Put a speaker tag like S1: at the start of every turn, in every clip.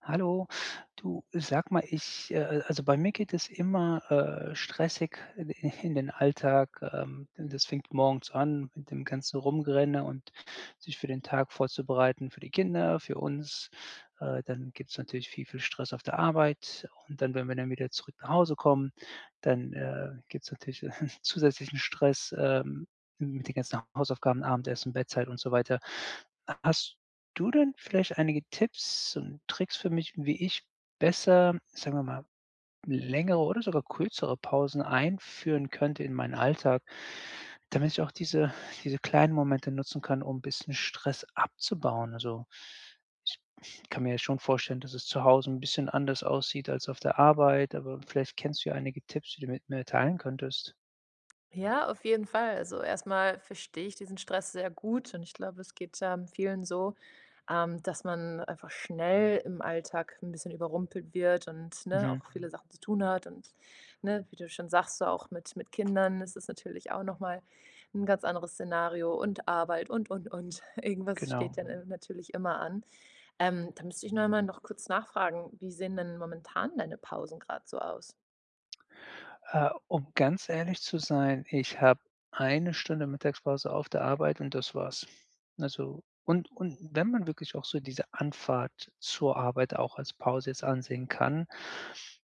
S1: Hallo, du sag mal, also bei mir geht es immer, stressig in den Alltag. Denn das fängt morgens an mit dem ganzen Rumrennen und sich für den Tag vorzubereiten, für die Kinder, für uns. Dann gibt es natürlich viel, viel Stress auf der Arbeit und dann, wenn wir dann wieder zurück nach Hause kommen, dann, gibt es natürlich zusätzlichen Stress, mit den ganzen Hausaufgaben, Abendessen, Bettzeit und so weiter. Hast du dann vielleicht einige Tipps und Tricks für mich, wie ich besser, sagen wir mal, längere oder sogar kürzere Pausen einführen könnte in meinen Alltag, damit ich auch diese kleinen Momente nutzen kann, um ein bisschen Stress abzubauen? Also, ich kann mir ja schon vorstellen, dass es zu Hause ein bisschen anders aussieht als auf der Arbeit, aber vielleicht kennst du ja einige Tipps, die du mit mir teilen könntest.
S2: Ja, auf jeden Fall. Also, erstmal verstehe ich diesen Stress sehr gut und ich glaube, es geht, vielen so, dass man einfach schnell im Alltag ein bisschen überrumpelt wird und, ne,
S1: Mhm,
S2: auch viele Sachen zu tun hat und, ne, wie du schon sagst, so auch mit Kindern ist es natürlich auch noch mal 'n ganz anderes Szenario und Arbeit und, und. Irgendwas
S1: genau.
S2: steht dann, natürlich immer an. Da müsste ich noch mal noch kurz nachfragen, wie sehen denn momentan deine Pausen gerade so aus?
S1: Um ganz ehrlich zu sein, ich habe eine Stunde Mittagspause auf der Arbeit und das war's. Also und wenn man wirklich auch so diese Anfahrt zur Arbeit auch als Pause jetzt ansehen kann,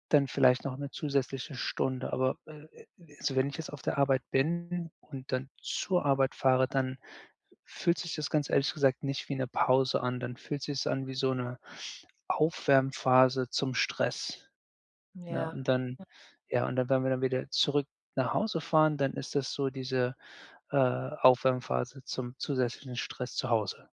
S1: dann vielleicht noch eine zusätzliche Stunde. Aber, also wenn ich jetzt auf der Arbeit bin und dann zur Arbeit fahre, dann fühlt sich das ganz ehrlich gesagt nicht wie eine Pause an. Dann fühlt sich es an wie so eine Aufwärmphase zum Stress. Ne,
S2: Ja.
S1: und dann, wenn wir dann wieder zurück nach Hause fahren, dann ist das so diese, Aufwärmphase zum zusätzlichen Stress zu Hause.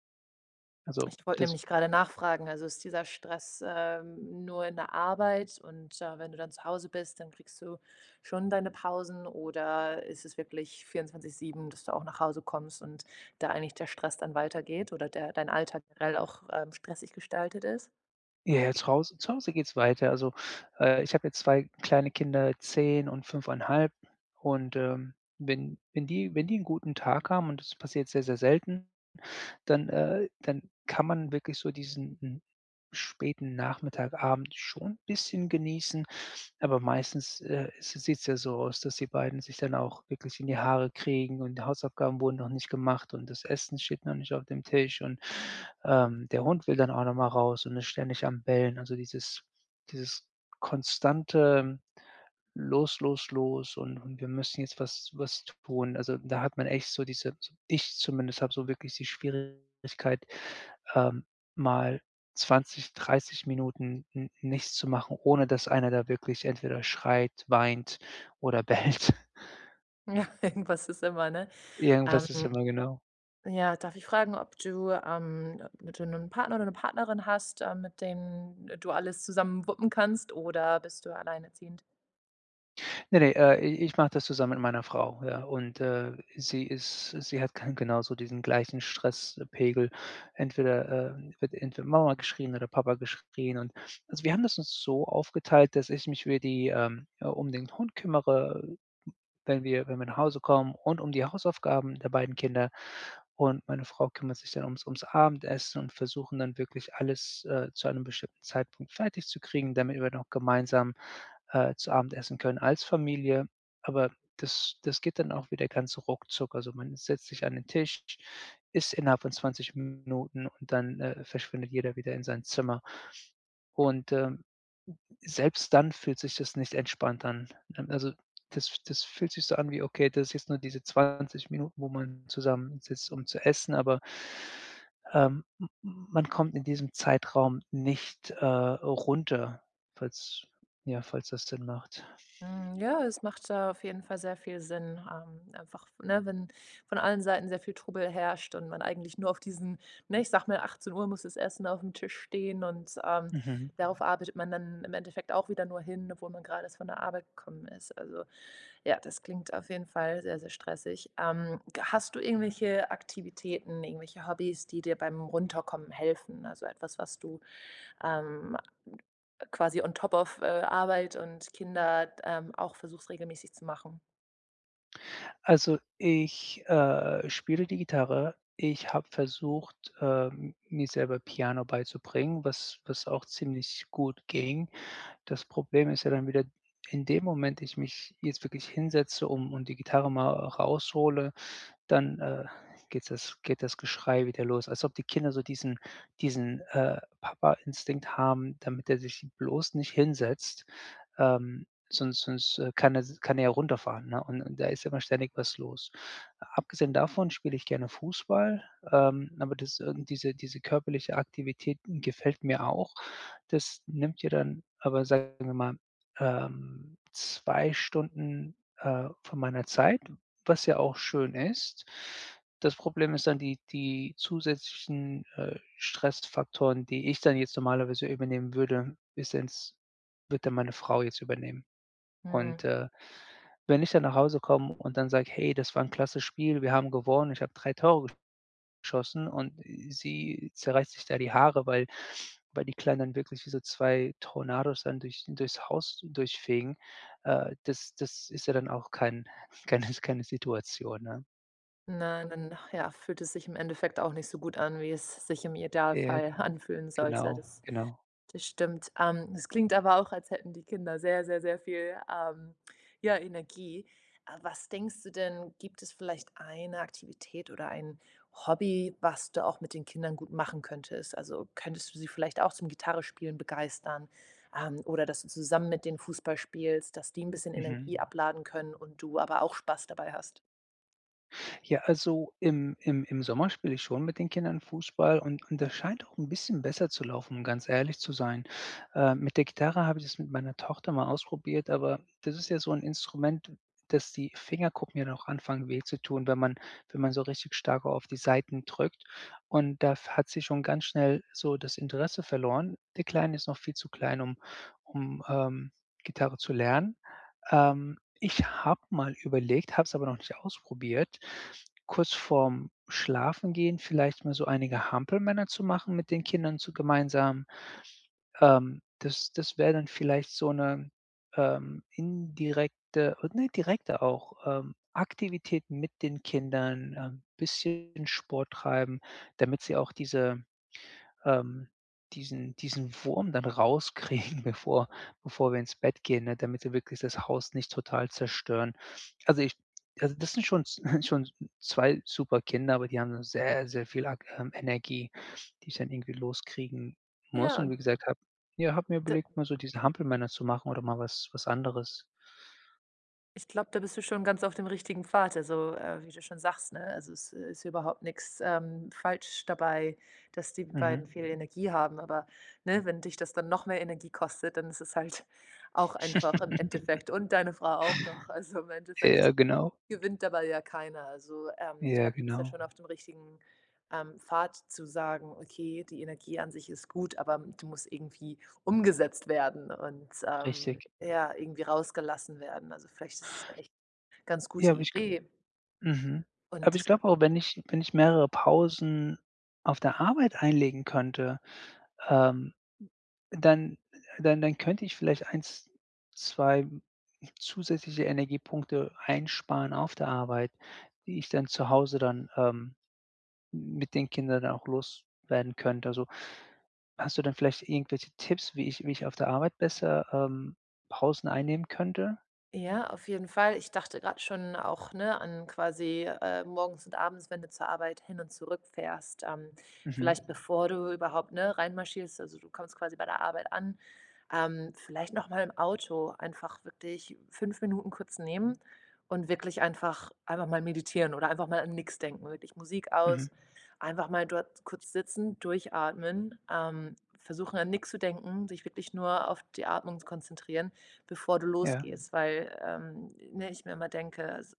S1: Also,
S2: Ich wollte
S1: das
S2: nämlich gerade nachfragen, also ist dieser Stress, nur in der Arbeit und, wenn du dann zu Hause bist, dann kriegst du schon deine Pausen oder ist es wirklich 24/7, dass du auch nach Hause kommst und da eigentlich der Stress dann weitergeht oder der dein Alltag generell auch, stressig gestaltet ist?
S1: ja, ja, zu Hause geht's weiter. Also, ich habe jetzt 2 kleine Kinder, 10 und 5,5, und, wenn die einen guten Tag haben und das passiert sehr, sehr selten, dann dann kann man wirklich so diesen späten Nachmittag, Abend schon ein bisschen genießen, aber meistens, s sieht's ja so aus, dass die beiden sich dann auch wirklich in die Haare kriegen und die Hausaufgaben wurden noch nicht gemacht und das Essen steht noch nicht auf dem Tisch und, der Hund will dann auch noch mal raus und ist ständig am Bellen. Also, dieses konstante los, los, los und wir müssen jetzt was tun. Also, da hat man echt so diese so ich zumindest habe so wirklich die Schwierigkeit, ähm, mal 20, 30 Minuten n nichts zu machen, ohne dass einer da wirklich entweder schreit, weint oder bellt.
S2: Ja, irgendwas ist immer, ne? Ähm,
S1: Irgendwas ist immer, genau.
S2: ja, darf ich fragen, ob du 'nen Partner oder eine Partnerin hast, mit denen du alles zusammen wuppen kannst oder bist du alleinerziehend?
S1: Ne, ne, i ich mache das zusammen mit meiner Frau, ja. Und, sie hat genauso diesen gleichen Stresspegel. Entweder, wird entweder Mama geschrien oder Papa geschrien. Und also, wir haben das uns so aufgeteilt, dass ich mich um den Hund kümmere, wenn wir nach Hause kommen, und um die Hausaufgaben der beiden Kinder. Und meine Frau kümmert sich dann ums Abendessen, und versuchen dann wirklich alles, zu einem bestimmten Zeitpunkt fertig zu kriegen, damit wir noch gemeinsam zu Abend essen können als Familie. Aber das geht dann auch wieder ganz ruckzuck. Also, man setzt sich an den Tisch, isst innerhalb von 20 Minuten und dann, verschwindet jeder wieder in sein Zimmer. Und, selbst dann fühlt sich das nicht entspannt an. Also, das fühlt sich so an wie: „Okay, das ist jetzt nur diese 20 Minuten, wo man zusammen sitzt, um zu essen", aber, m man kommt in diesem Zeitraum nicht, runter, falls ja, falls das Sinn macht.
S2: Ja, es macht, auf jeden Fall sehr viel Sinn, einfach, ne, wenn von allen Seiten sehr viel Trubel herrscht und man eigentlich nur auf diesen, ne, ich sag mal, 18 Uhr muss das Essen auf dem Tisch stehen, und,
S1: Mhm.
S2: darauf arbeitet man dann im Endeffekt auch wieder nur hin, obwohl man gerade erst von der Arbeit gekommen ist. Also, ja, das klingt auf jeden Fall sehr, sehr stressig. Hast du irgendwelche Aktivitäten, irgendwelche Hobbys, die dir beim Runterkommen helfen? Also etwas, was du ähm, quasi on top of Arbeit und Kinder auch versuchst regelmäßig zu machen?
S1: Also, ich, spiele die Gitarre. Ich habe versucht, mir selber Piano beizubringen, was auch ziemlich gut ging. Das Problem ist ja dann wieder in dem Moment, ich mich jetzt wirklich hinsetze, um und die Gitarre mal raushole, dann geht das Geschrei wieder los, als ob die Kinder so Papa-Instinkt haben, damit er sich bloß nicht hinsetzt, kann er ja runterfahren, ne? Und da ist immer ständig was los. Abgesehen davon spiele ich gerne Fußball, aber das irgend diese diese körperliche Aktivität gefällt mir auch. Das nimmt dir dann aber, sagen wir mal, 2 Stunden, von meiner Zeit, was ja auch schön ist. Das Problem ist dann die zusätzlichen, Stressfaktoren, die ich dann jetzt normalerweise übernehmen würde, ist ins wird dann meine Frau jetzt übernehmen.
S2: Hm.
S1: Und, wenn ich dann nach Hause komme und dann sage: „Hey, das war ein klasse Spiel, wir haben gewonnen, ich habe 3 Tore geschossen", und sie zerreißt sich da die Haare, weil die Kleinen dann wirklich wie so 2 Tornados dann durchs Haus durchfegen. Das ist ja dann auch kein keine Situation, ne?
S2: Nein, dann ja, fühlt es sich im Endeffekt auch nicht so gut an, wie es sich im
S1: Ja,
S2: Idealfall anfühlen sollte.
S1: genau,
S2: Das
S1: genau.
S2: Das stimmt. Es klingt aber auch, als hätten die Kinder sehr, sehr, sehr viel, ja, Energie. Was denkst du denn, gibt es vielleicht eine Aktivität oder ein Hobby, was du auch mit den Kindern gut machen könntest? Also, könntest du sie vielleicht auch zum Gitarrespielen begeistern, oder dass du zusammen mit denen Fußball spielst, dass die ein bisschen
S1: Mhm.
S2: Energie abladen können und du aber auch Spaß dabei hast?
S1: Ja, also im Sommer spiele ich schon mit den Kindern Fußball, und das scheint auch ein bisschen besser zu laufen, um ganz ehrlich zu sein. Mit der Gitarre habe ich das mit meiner Tochter mal ausprobiert, aber das ist ja so ein Instrument, dass die Fingerkuppen ja noch anfangen weh zu tun, wenn man so richtig stark auf die Saiten drückt. Und da f hat sie schon ganz schnell so das Interesse verloren. Die Kleine ist noch viel zu klein, um um, ähm, Gitarre zu lernen. Ich habe mal überlegt, habe es aber noch nicht ausprobiert, kurz vorm Schlafengehen vielleicht mal so einige Hampelmänner zu machen mit den Kindern zu gemeinsam. Das wäre dann vielleicht so 'ne, indirekte und, ne, direkte auch, Aktivität mit den Kindern, bisschen Sport treiben, damit sie auch ähm, diesen Wurm dann rauskriegen, bevor wir ins Bett gehen, ne, damit wir wirklich das Haus nicht total zerstören. Also, ich also, das sind schon schon 2 super Kinder, aber die haben dann sehr, sehr viel ak Energie, die ich dann irgendwie loskriegen muss.
S2: Ja,
S1: Und wie gesagt, habe mir überlegt, mal so diese Hampelmänner zu machen oder mal was anderes.
S2: ich glaube, da bist du schon ganz auf dem richtigen Pfad. Also, wie du schon sagst, ne? Also es ist überhaupt nichts falsch dabei, dass die
S1: Mhm.
S2: beiden viel Energie haben. Aber, ne, wenn dich das dann noch mehr Energie kostet, dann ist es halt auch einfach im Endeffekt, und deine Frau auch noch. Also im
S1: Ja,
S2: Endeffekt
S1: genau.
S2: gewinnt dabei ja keiner. Also, ich
S1: Ja,
S2: glaube, du bist ja schon
S1: genau.
S2: auf dem richtigen, Pfad zu sagen: „Okay, die Energie an sich ist gut, aber die muss irgendwie umgesetzt werden und,
S1: Richtig.
S2: ja, irgendwie rausgelassen werden.“ Also, vielleicht ist es eine echt ganz
S1: Ja,
S2: gute
S1: habe ich.
S2: Idee.
S1: Mhm. Aber
S2: Und
S1: ich
S2: ich habe.
S1: glaube auch, wenn ich mehrere Pausen auf der Arbeit einlegen könnte, ähm, dann dann könnte ich vielleicht eins, 2 zusätzliche Energiepunkte einsparen auf der Arbeit, die ich dann zu Hause dann, mit den Kindern dann auch loswerden könnte. Also, hast du dann vielleicht irgendwelche Tipps, wie ich auf der Arbeit besser, Pausen einnehmen könnte?
S2: Ja, auf jeden Fall. Ich dachte gerade schon auch, ne, an quasi, morgens und abends, wenn du zur Arbeit hin und zurück fährst,
S1: Mhm,
S2: vielleicht bevor du überhaupt, ne, reinmarschierst, also du kommst quasi bei der Arbeit an, vielleicht noch mal im Auto einfach wirklich 5 Minuten kurz nehmen und wirklich einfach mal meditieren oder einfach mal an nichts denken, wirklich Musik
S1: mhm,
S2: aus, einfach mal dort kurz sitzen, durchatmen, versuchen, an nichts zu denken, sich wirklich nur auf die Atmung zu konzentrieren, bevor du
S1: ja,
S2: losgehst, weil, ne, ich mir immer denke, s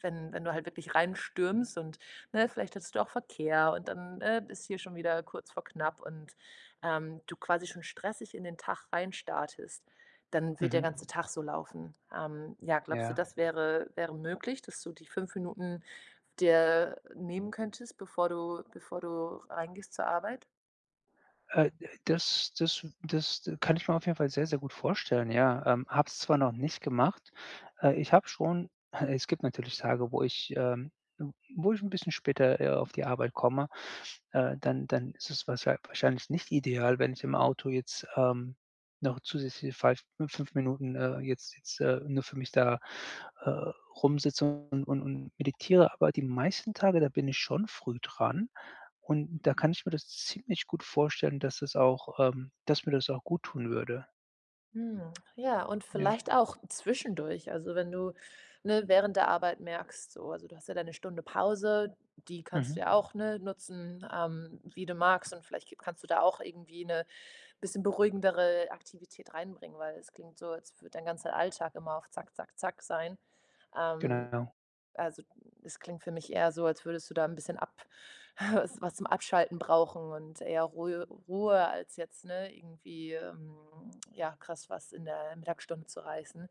S2: wenn wenn du halt wirklich reinstürmst und, ne, vielleicht hast du auch Verkehr und dann, ist hier schon wieder kurz vor knapp und, du quasi schon stressig in den Tag reinstartest, dann wird der
S1: mhm,
S2: ganze Tag so laufen. Ja, glaubst du,
S1: ja.
S2: das wäre möglich, dass du die 5 Minuten dir nehmen könntest, bevor du reingehst zur Arbeit?
S1: Äh, das kann ich mir auf jeden Fall sehr, sehr gut vorstellen, ja. Habe es zwar noch nicht gemacht. Ich habe schon Es gibt natürlich Tage, wo ich 'n bisschen später, auf die Arbeit komme. Dann ist es wahrscheinlich nicht ideal, wenn ich im Auto jetzt, noch zusätzliche falsch 5 Minuten, nur für mich da, äh, rumsitze und meditiere. Aber die meisten Tage, da bin ich schon früh dran. Und da kann ich mir das ziemlich gut vorstellen, dass mir das auch gut tun würde.
S2: Ja, und
S1: Ja.
S2: vielleicht auch zwischendurch. Also, wenn du, ne, während der Arbeit merkst, so, also du hast ja deine Stunde Pause, die kannst
S1: Mhm.
S2: du ja auch, ne, nutzen, wie du magst. Und vielleicht kannst du da auch irgendwie eine bisschen beruhigendere Aktivität reinbringen, weil es klingt so, als würde dein ganzer Alltag immer auf Zack, Zack, Zack sein. Ähm,
S1: Genau.
S2: also, es klingt für mich eher so, als würdest du da ein bisschen ab was zum Abschalten brauchen und eher Ruhe Ruhe als jetzt, ne, irgendwie, ja, krass was in der Mittagsstunde zu reißen.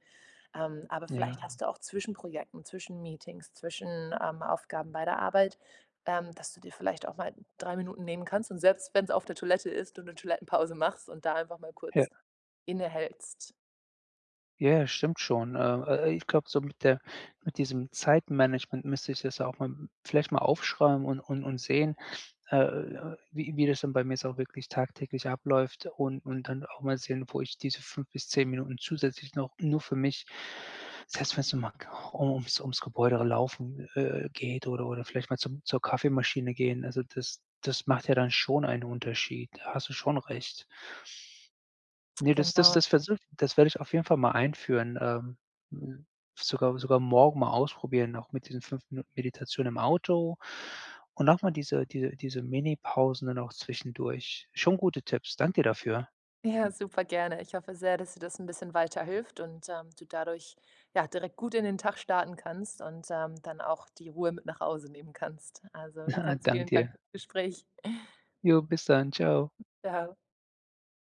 S2: Aber vielleicht
S1: Ja.
S2: hast du auch zwischen Projekten, zwischen Meetings, zwischen, Aufgaben bei der Arbeit, dass du dir vielleicht auch mal 3 Minuten nehmen kannst und selbst wenn es auf der Toilette ist, du eine Toilettenpause machst und da einfach mal
S1: Ja.
S2: kurz innehältst.
S1: Ja, ja, stimmt schon. Ich glaube, so mit diesem Zeitmanagement müsste ich das auch mal vielleicht mal aufschreiben und sehen, wie das dann bei mir jetzt auch wirklich tagtäglich abläuft, und dann auch mal sehen, wo ich diese 5 bis 10 Minuten zusätzlich noch nur für mich, selbst wenn's nur mal um ums ums Gebäude laufen, geht, oder vielleicht mal zum zur Kaffeemaschine gehen. Also, das macht ja dann schon einen Unterschied. Da hast du schon recht. Ne,
S2: Genau.
S1: das werde ich auf jeden Fall mal einführen, hm, sogar morgen mal ausprobieren, auch mit diesen 5 Minuten Meditation im Auto und auch mal diese Minipausen dann auch zwischendurch. Schon gute Tipps. Danke dir dafür.
S2: Ja, super gerne. Ich hoffe sehr, dass dir das ein bisschen weiterhilft und, du dadurch, ja, direkt gut in den Tag starten kannst und, dann auch die Ruhe mit nach Hause nehmen kannst. Also, ganz
S1: Danke
S2: vielen
S1: dir.
S2: Dank fürs Gespräch.
S1: Jo, bis dann. Tschau.
S2: Ciao.